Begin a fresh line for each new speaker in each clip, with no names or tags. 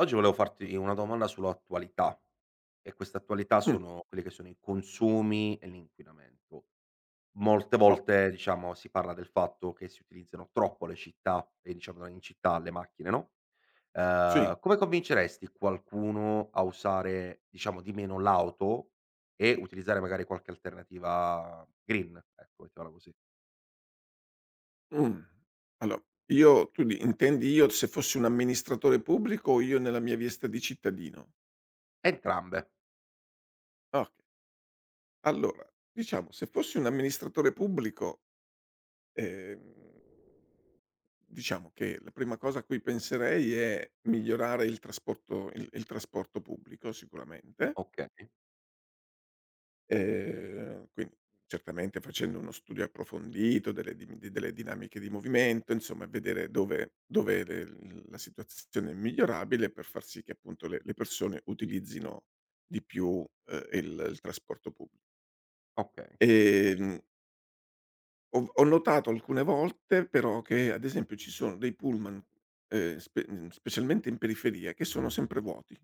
Oggi volevo farti una domanda sull'attualità e questa attualità
Mh,
sono quelli che sono i consumi e l'inquinamento. Molte
oh,
volte, diciamo, si parla del fatto che si utilizzano troppo le città e diciamo in città le macchine, no,
sì.
come convinceresti qualcuno a usare, diciamo, di meno l'auto e utilizzare magari qualche alternativa green, ecco, mettiamola così?
Mh. Allo io tu di Intendi, io se fossi un amministratore pubblico o io nella mia veste di cittadino?
Entrambe.
Okay. Allora, diciamo se fossi un amministratore pubblico, ehm diciamo che la prima cosa a cui penserei è migliorare il trasporto il trasporto pubblico sicuramente.
Okay,
Quindi certamente facendo uno studio approfondito delle dinamiche di movimento, insomma vedere dove le la situazione è migliorabile per far sì che appunto le persone utilizzino di più, il trasporto pubblico.
okay,
Ehm ho notato alcune volte però che, ad esempio, ci sono dei pullman, specialmente in periferia, che sono sempre vuoti.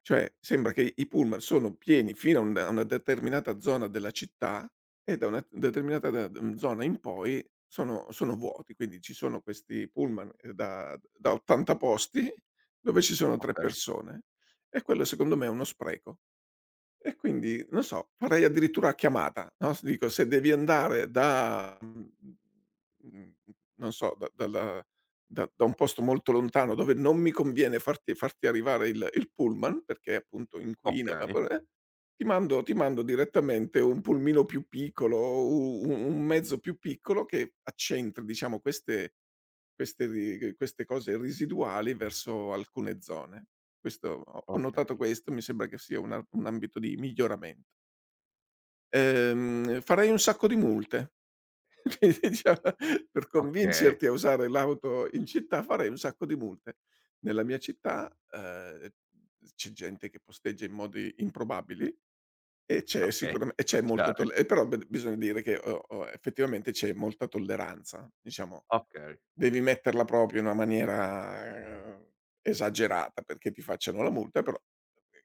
Cioè, sembra
okay,
che i pullman sono pieni fino a un a una determinata zona della città e da una determinata zona in poi sono vuoti. Quindi ci sono questi pullman, da 80 posti dove ci sono 3
okay,
persone, e quello secondo me è uno spreco. E quindi, non so, farei addirittura a chiamata, no, s dico se devi andare mhmm, non so, da dalla da da un posto molto lontano dove non mi conviene farti arrivare il pullman, perché appunto
okay,
inquina,
okay,
ti mando direttamente un pulmino più piccolo, u u un mezzo più piccolo che accentri diciamo queste queste ri queste cose residuali verso alcune zone. Questo ho ho notato
okay,
questo, mi sembra che sia un ambito di miglioramento. Farei un sacco di multe, quindi diciamo per
okay.
convincerti a usare l'auto in città farei un sacco di multe. Nella mia città, c'è gente che posteggia in modi improbabili e c'è
Okay,
sicuramen e c'è
devo
molta
girare.
tolle e però b bisogna dire che o effettivamente c'è molta tolleranza, diciamo.
Okay,
Devi metterla proprio in una maniera esagerata perché ti facciano la multa, però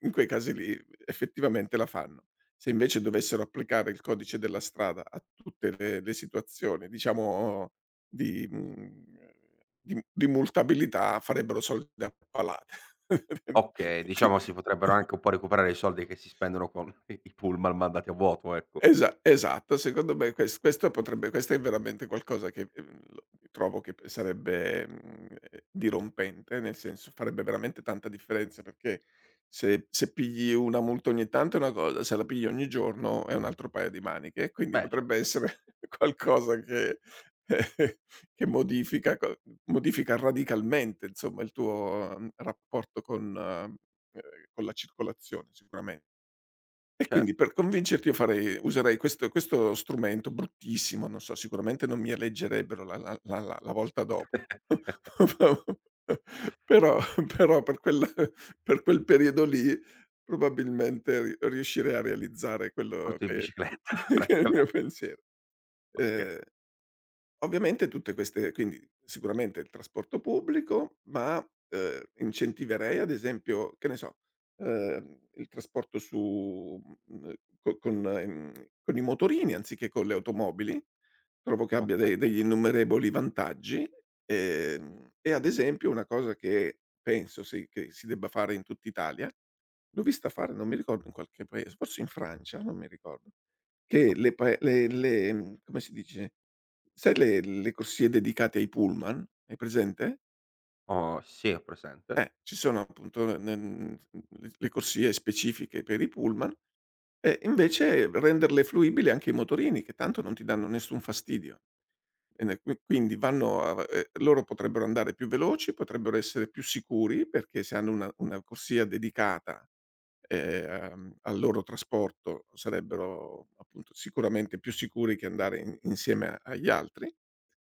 in quei casi lì effettivamente la fanno. Se invece dovessero applicare il codice della strada a tutte le situazioni, diciamo di mhmm, di multabilità, farebbero soldi a palate.
okay, diciamo si potrebbero anche un po' recuperare i soldi che si spendono con i pullman mandati a vuoto, ecco.
Esatto, secondo me questo è veramente qualcosa che, lo trovo che p sarebbe, dirompente, nel senso farebbe veramente tanta differenza, perché se pigli una multa ogni tanto è una cosa, se la pigli ogni giorno è un altro paio di maniche, quindi
Beh
potrebbe
certo,
essere qualcosa che che modifica radicalmente insomma il tuo, rapporto con la circolazione sicuramen e quindi
certo,
per convincerti io farei userei questo strumento bruttissimo, non so, sicuramente non mi eleggerebbero la volta dopo. Però però per quel periodo lì probabilmente ri riuscirei a realizzare quello
tutto in
che
bicicletta
che è il mio
praticamente.
pensiero.
Okay,
Ehm Ovviamente tutte queste quindi sicuramente il trasporto pubblico, ma, incentiverei ad esempio, che ne so, il trasporto co con mhmm, con i motorini anziché con le automobili. Trovo che abbia de
okay,
degli innumerevoli vantaggi, e ad esempio una cosa che penso che si debba fare in tutta Italia, l'ho vista fare, non mi ricordo in qualche paese, forse in Francia, non mi ricordo, che
okay.
le pa le mhmm, come si dice? Sai le corsie dedicate ai pullman? Hai presente?
Ho sì, ho presente.
Ci sono appunto ne n le corsie specifiche per i pullman, e invece renderle fruibili anche i motorini, che tanto non ti danno nessun fastidio. E ne qui Quindi vanno a loro potrebbero andare più veloci, potrebbero essere più sicuri perché se hanno una corsia dedicata al loro trasporto sarebbero appunto sicuramente più sicuri che andare in insieme agli altri.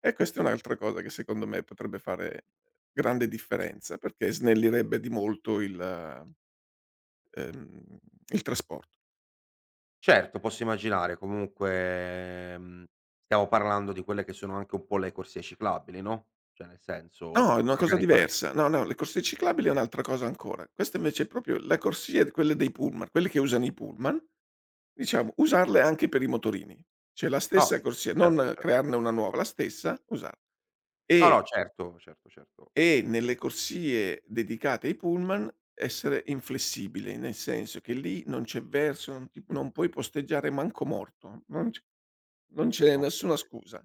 E questa è un'altra cosa che secondo me potrebbe fare grande differenza, perché snellirebbe di molto ehm, il traspor.
Certo, posso immaginare comunque, stiamo parlando di quelle che sono anche un po' le corsie ciclabili, no, cioè nel
No, è
senso
una cosa
magari fare
diversa. No, no, le corsie ciclabili è un'altra cosa ancora. Questa invece è proprio la corsia d quelle dei pullman, quelle che usano i pullman, diciamo usarle anche per i motorini. Cioè la
no,
stessa corsia,
certo,
non
certo.
crearne una nuova, la stessa usar
No,
e
no, certo, certo, certo.
e nelle corsie dedicate ai pullman essere inflessibile, nel senso che lì non c'è verso, non puoi posteggiare manco morto, non c'è nessuna
Okay,
scusa,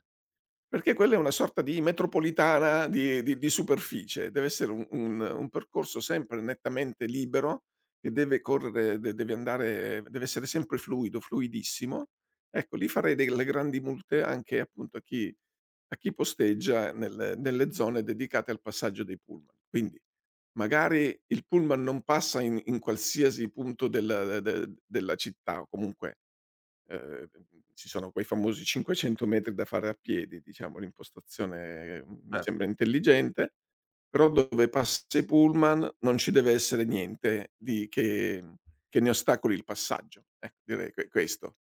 perché quella è una sorta di metropolitana di superficie, deve essere un percorso sempre nettamente libero, che deve correre de deve andare deve essere sempre fluido, fluidissimo. Ecco, lì farei delle grandi multe anche appunto a chi posteggia nelle zone dedicate al passaggio dei pullman. Quindi magari il pullman non passa in qualsiasi punto della città o comunque, ehm, ci sono quei famosi 500 metri da fare a piedi, diciamo l'impostazione mi
certo.
sembra intelligente, però dove passa i pullman non ci deve essere niente di che ne ostacoli il passaggio. Ecco, direi questo.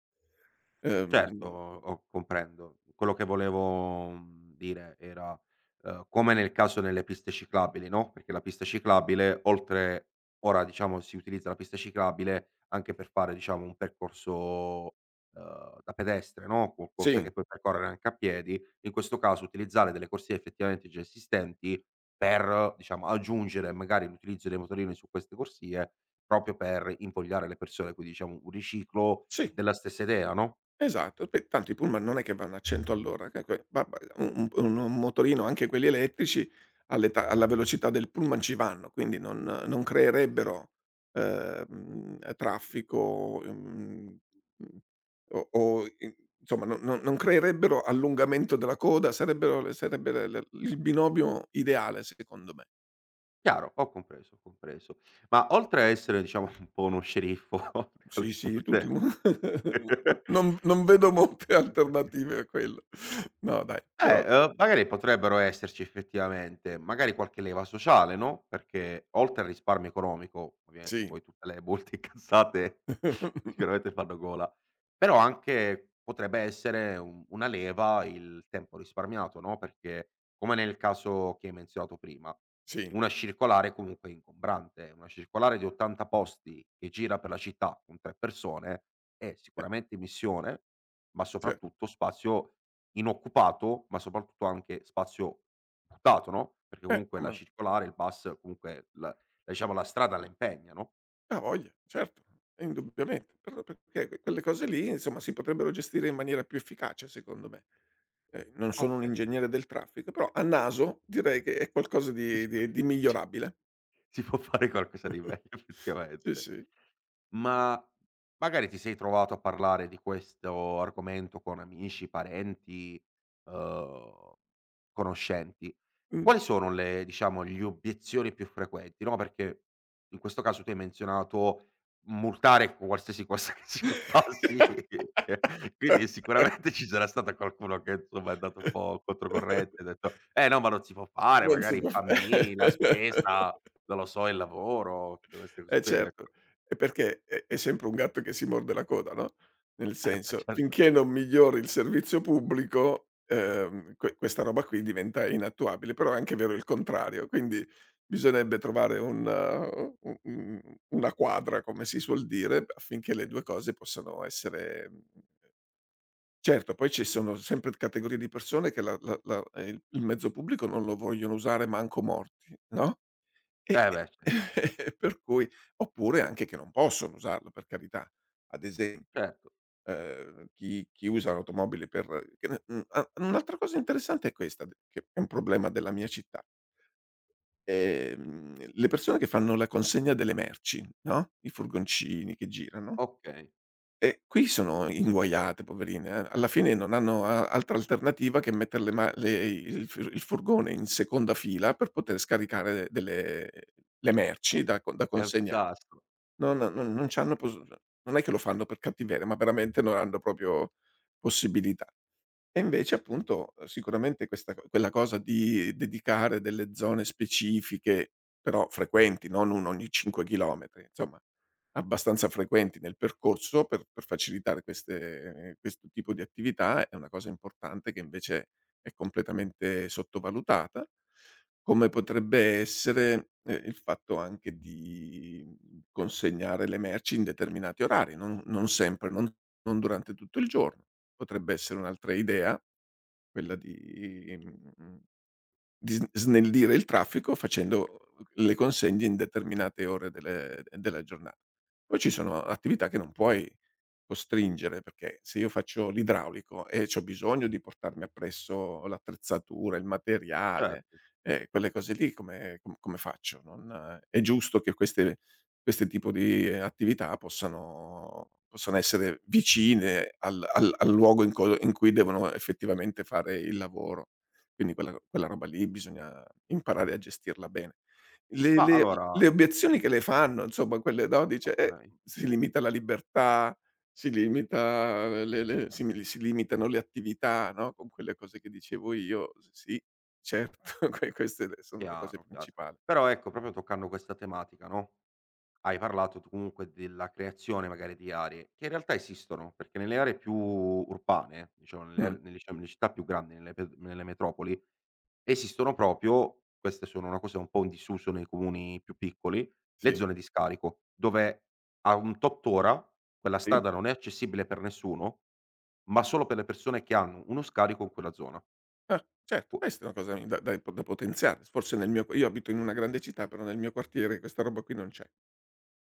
Certo,
Ehm,
o comprendo. Quello che volevo, dire era, come nel caso nelle piste ciclabili, no, perché la pista ciclabile oltre ora diciamo si utilizza la pista ciclabile anche per fare diciamo un percorso, da pedestre, no, co corse
sì,
che puoi percorrere anche a piedi. In questo caso utilizzare delle corsie effettivamente già esistenti per, diciamo, aggiungere magari l'utilizzo dei motorini su queste corsie proprio per invogliare le persone, quindi diciamo un riciclo
sì.
della stessa idea, no?
Esatto, poi tanto i pullman non è che vanno a 100 all'ora, che que va un motorino, anche quelli elettrici, all'età alla velocità del pullman ci vanno, quindi non creerebbero, traffico, mhmm, o in insomma, no, no, non creerebbero allungamento della coda, sarebbero le sarebbe le il binomio ideale secondo me.
Chiaro, ho compreso, ho compreso. Ma oltre a essere diciamo un po' uno sceriffo con le
Sì, sì, tutti
multe
mo non vedo molte alternative a quello. No dai, però
Magari potrebbero esserci effettivamente, magari qualche leva sociale, no, perché oltre al risparmio economico, ovviamente
sì.
poi tutte le multe incassate sicuramente fanno gola, però anche potrebbe essere un una leva il tempo risparmiato, no, perché come nel caso che hai menzionato prima,
Sì,
una circolare comunque è ingombrante, una circolare di 80 posti che gira per la città con 3 persone è sicuramente missione, ma
cer
soprattutto spazio inoccupato, ma soprattutto anche spazio buttato, no, perché comunque la
come no.
circolare, il bus comunque la diciamo la strada la impegna, no?
Avoglia, certo, indubbiamente, però perché quelle cose lì, insomma, si potrebbero gestire in maniera più efficace secondo me. Non sono un
Okay.
ingegnere del traffico, però a naso direi che è qualcosa di
Dici:
di di migliorabile.
"Si può fare qualcosa di meglio
Sì,
effettivamente".
sì.
Ma magari ti sei trovato a parlare di questo argomento con amici, parenti, uhm, conoscenti.
Mh.
Quali sono le diciamo, gli obiezioni più frequenti, no, perché in questo caso tu hai menzionato multare qualsiasi cosa che si passi, quindi sicuramente ci sarà stato qualcuno che insomma è andato un po' controcorrente, e ha detto: "Eh no, ma non si può fare,
Non si
magari i
può fa.
bambini, la spesa, non lo so, il lavoro", tutte queste cose qui,
Certo,
ecco.
e perché è sempre un gatto che si morde la coda, no, nel
Eh beh
senso,
certo,
finché non migliori il servizio pubblico, questa roba qui diventa inattuabile, però è anche vero il contrario, quindi bisognerebbe trovare un u un- una quadra, come si suol dire, affinché le
okay.
2 cose possano essere. Certo, poi ci sono sempre categorie di persone che la la la il mezzo pubblico non lo vogliono usare manco morti, no? E
Eh
e
beh ce
per cui oppure anche che non possono usarlo, per carità. Ad esempio,
certo,
chi usa l'automobile. Per che ne mhmm, ah, Un'altra cosa interessante è questa d che è un problema della mia città. Le persone che fanno la consegna delle merci, no, i furgoncini che girano,
okay.
e qui sono inguaiate poverine, eh. Alla fine non hanno a altra alternativa che metter le ma le il fur il furgone in seconda fila per poter scaricare delle le merci da
È un
consegnare.
disastro,
Non no, non non c'hanno pos non è che lo fanno per cattiveria, ma veramente non hanno proprio possibilità. E invece appunto, sicuramente questa co quella cosa di dedicare delle zone specifiche, però frequenti, non 1 ogni 5 chilometri, insomma abbastanza frequenti nel percorso per facilitare queste questo tipo di attività, è una cosa importante che invece è completamente sottovalutata, come potrebbe essere, il fatto anche di, consegnare le merci in determinati orari, non sempre, non durante tutto il giorno. Potrebbe essere un'altra idea, quella di, mhmm, di s snellire il traffico facendo le consegne in determinate ore delle della giornata. Poi ci sono attività che non puoi costringere, perché se io faccio l'idraulico e c'ho bisogno di portarmi appresso l'attrezzatura, il materiale,
certo.
quelle cose lì come faccio? Non è giusto che queste tipo di attività possano essere vicine al luogo in cui devono effettivamente fare il lavoro. Quindi quella roba lì bisogna imparare a gestirla bene. Le
Ma
le
allora
le obiezioni che le fanno, insomma quelle, no, dice:
okay.
si limita la libertà, si limita le si mi si limitano le attività", no, con quelle cose che dicevo io. S sì, certo, queste le sono le cose
Chiaro, chiaro.
principali.
Però ecco, proprio toccando questa tematica, no, hai parlato tu comunque della creazione magari di aree, che in realtà esistono, perché nelle aree più urbane, diciamo nelle
Mh,
aree nelle diciamo nelle città più grandi, nelle metropoli, esistono proprio queste sono una cosa un po' in disuso nei comuni più piccoli, le
sì,
zone di scarico, dove a un tot ora quella
sì.
strada non è accessibile per nessuno, ma solo per le persone che hanno uno scarico in quella zona.
Ah, certo,
Qu
questa è una cosa da potenziare. Forse nel mio io abito in una grande città, però nel mio quartiere questa roba qui non c'è.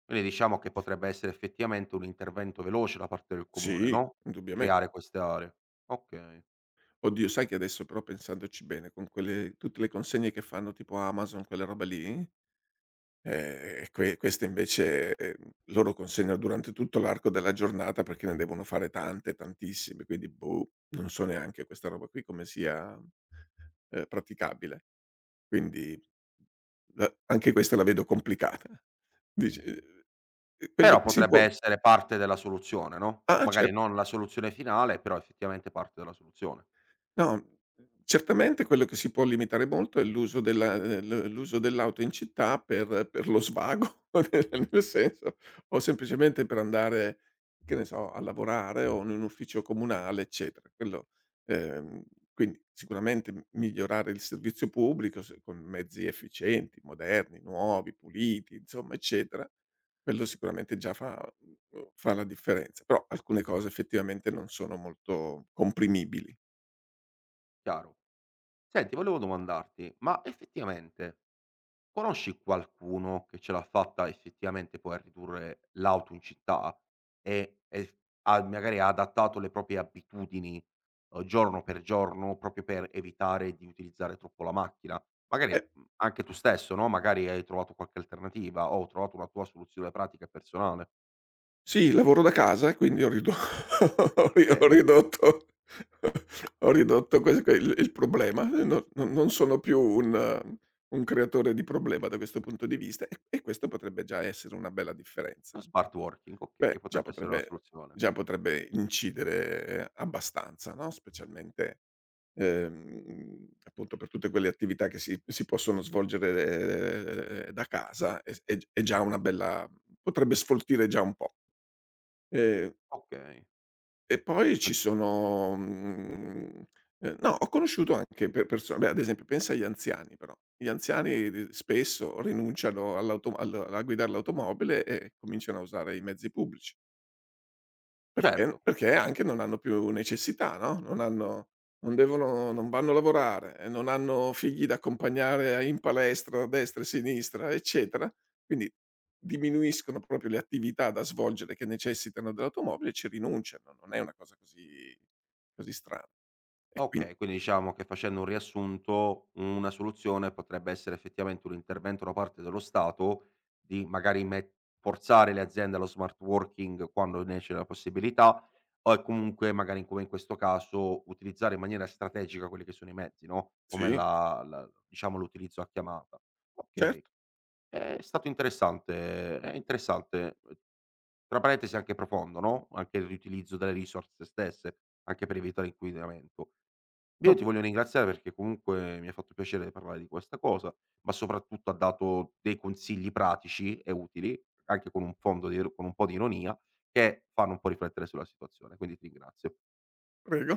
Quindi diciamo che potrebbe essere effettivamente un intervento veloce da parte del comune,
Sì,
no,
indubbiamente.
creare queste aree. Okay.
Oddio, sai che adesso però pensandoci bene, con quelle tutte le consegne che fanno tipo Amazon, quelle robe lì, queste invece, loro consegnano durante tutto l'arco della giornata perché ne devono fare tante, tantissime, quindi boh, non so neanche questa roba qui come sia, praticabile. Quindi la anche questa la vedo complicata. Dici, quello
Però
che si
potrebbe
può
essere parte della soluzione, no,
ah, cer
magari non la soluzione finale, però effettivamente parte della soluzione.
no, certamente quello che si può limitare molto è l'uso della l l'uso dell'auto in città per lo svago, nel senso o semplicemente per andare, che ne so, a lavorare o in un ufficio comunale, eccetera. Quello ehm, quindi sicuramente m migliorare il servizio pubblico se con mezzi efficienti, moderni, nuovi, puliti, insomma, eccetera, quello sicuramente già fa la differenza, però alcune cose effettivamente non sono molto comprimibili.
Chiaro. Senti, volevo domandarti, ma effettivamente conosci qualcuno che ce l'ha fatta effettivamente poi a ridurre l'auto in città e f ha magari ha adattato le proprie abitudini, giorno per giorno proprio per evitare di utilizzare troppo la macchina? Magari,
E
anche tu stesso, no, magari hai trovato qualche alternativa o ho trovato una tua soluzione pratica e personale.
Sì, lavoro da casa e quindi ho ridu ho ri ho
Okay,
ridotto ho ridotto ques que il problema. No, non sono più un creatore di problema da questo punto di vista, e questo potrebbe già essere una bella differenza.
lo smart working, okay,
Beh,
potrebbe essere una soluzione.
già potrebbe incidere abbastanza, no, specialmente, appunto per tutte quelle attività che si possono svolgere da casa, è s è g è già una bella potrebbe sfoltire già un po'. Ehm
Okay,
e poi ci
quin
sono, mhmm, no, ho conosciuto anche pe perso beh, ad esempio pensa agli anziani però. Gli anziani d spesso rinunciano all'auto al a guidare l'automobile, e cominciano a usare i mezzi pubblici. Perché
certo.
perché anche non hanno più necessità, no, non vanno a lavorare, non hanno figli da accompagnare a in palestra a destra e sinistra, eccetera. Quindi diminuiscono proprio le attività da svolgere che necessitano dell'automobile, e ci rinunciano. Non è una cosa così così strana. E quin
Okay, quindi diciamo che facendo un riassunto, una soluzione potrebbe essere effettivamente un intervento da parte dello Stato di magari met forzare le aziende allo smart working quando ne c'è la possibilità o e comunque magari come in questo caso utilizzare in maniera strategica quelli che sono i mezzi, no, come
Sì,
la diciamo l'utilizzo a chiamata. Okay,
certo,
è stato interessante è interessante, tra parentesi anche profondo, no, anche il riutilizzo delle risorse stesse, anche per evitare inquinamento. Io
com
ti voglio ringraziare perché comunque mi ha fatto piacere parlare di questa cosa, ma soprattutto ha dato dei consigli pratici e utili, anche con un fondo di con un po' di ironia, che fanno un po' riflettere sulla situazione, quindi ti ringrazio.
prego.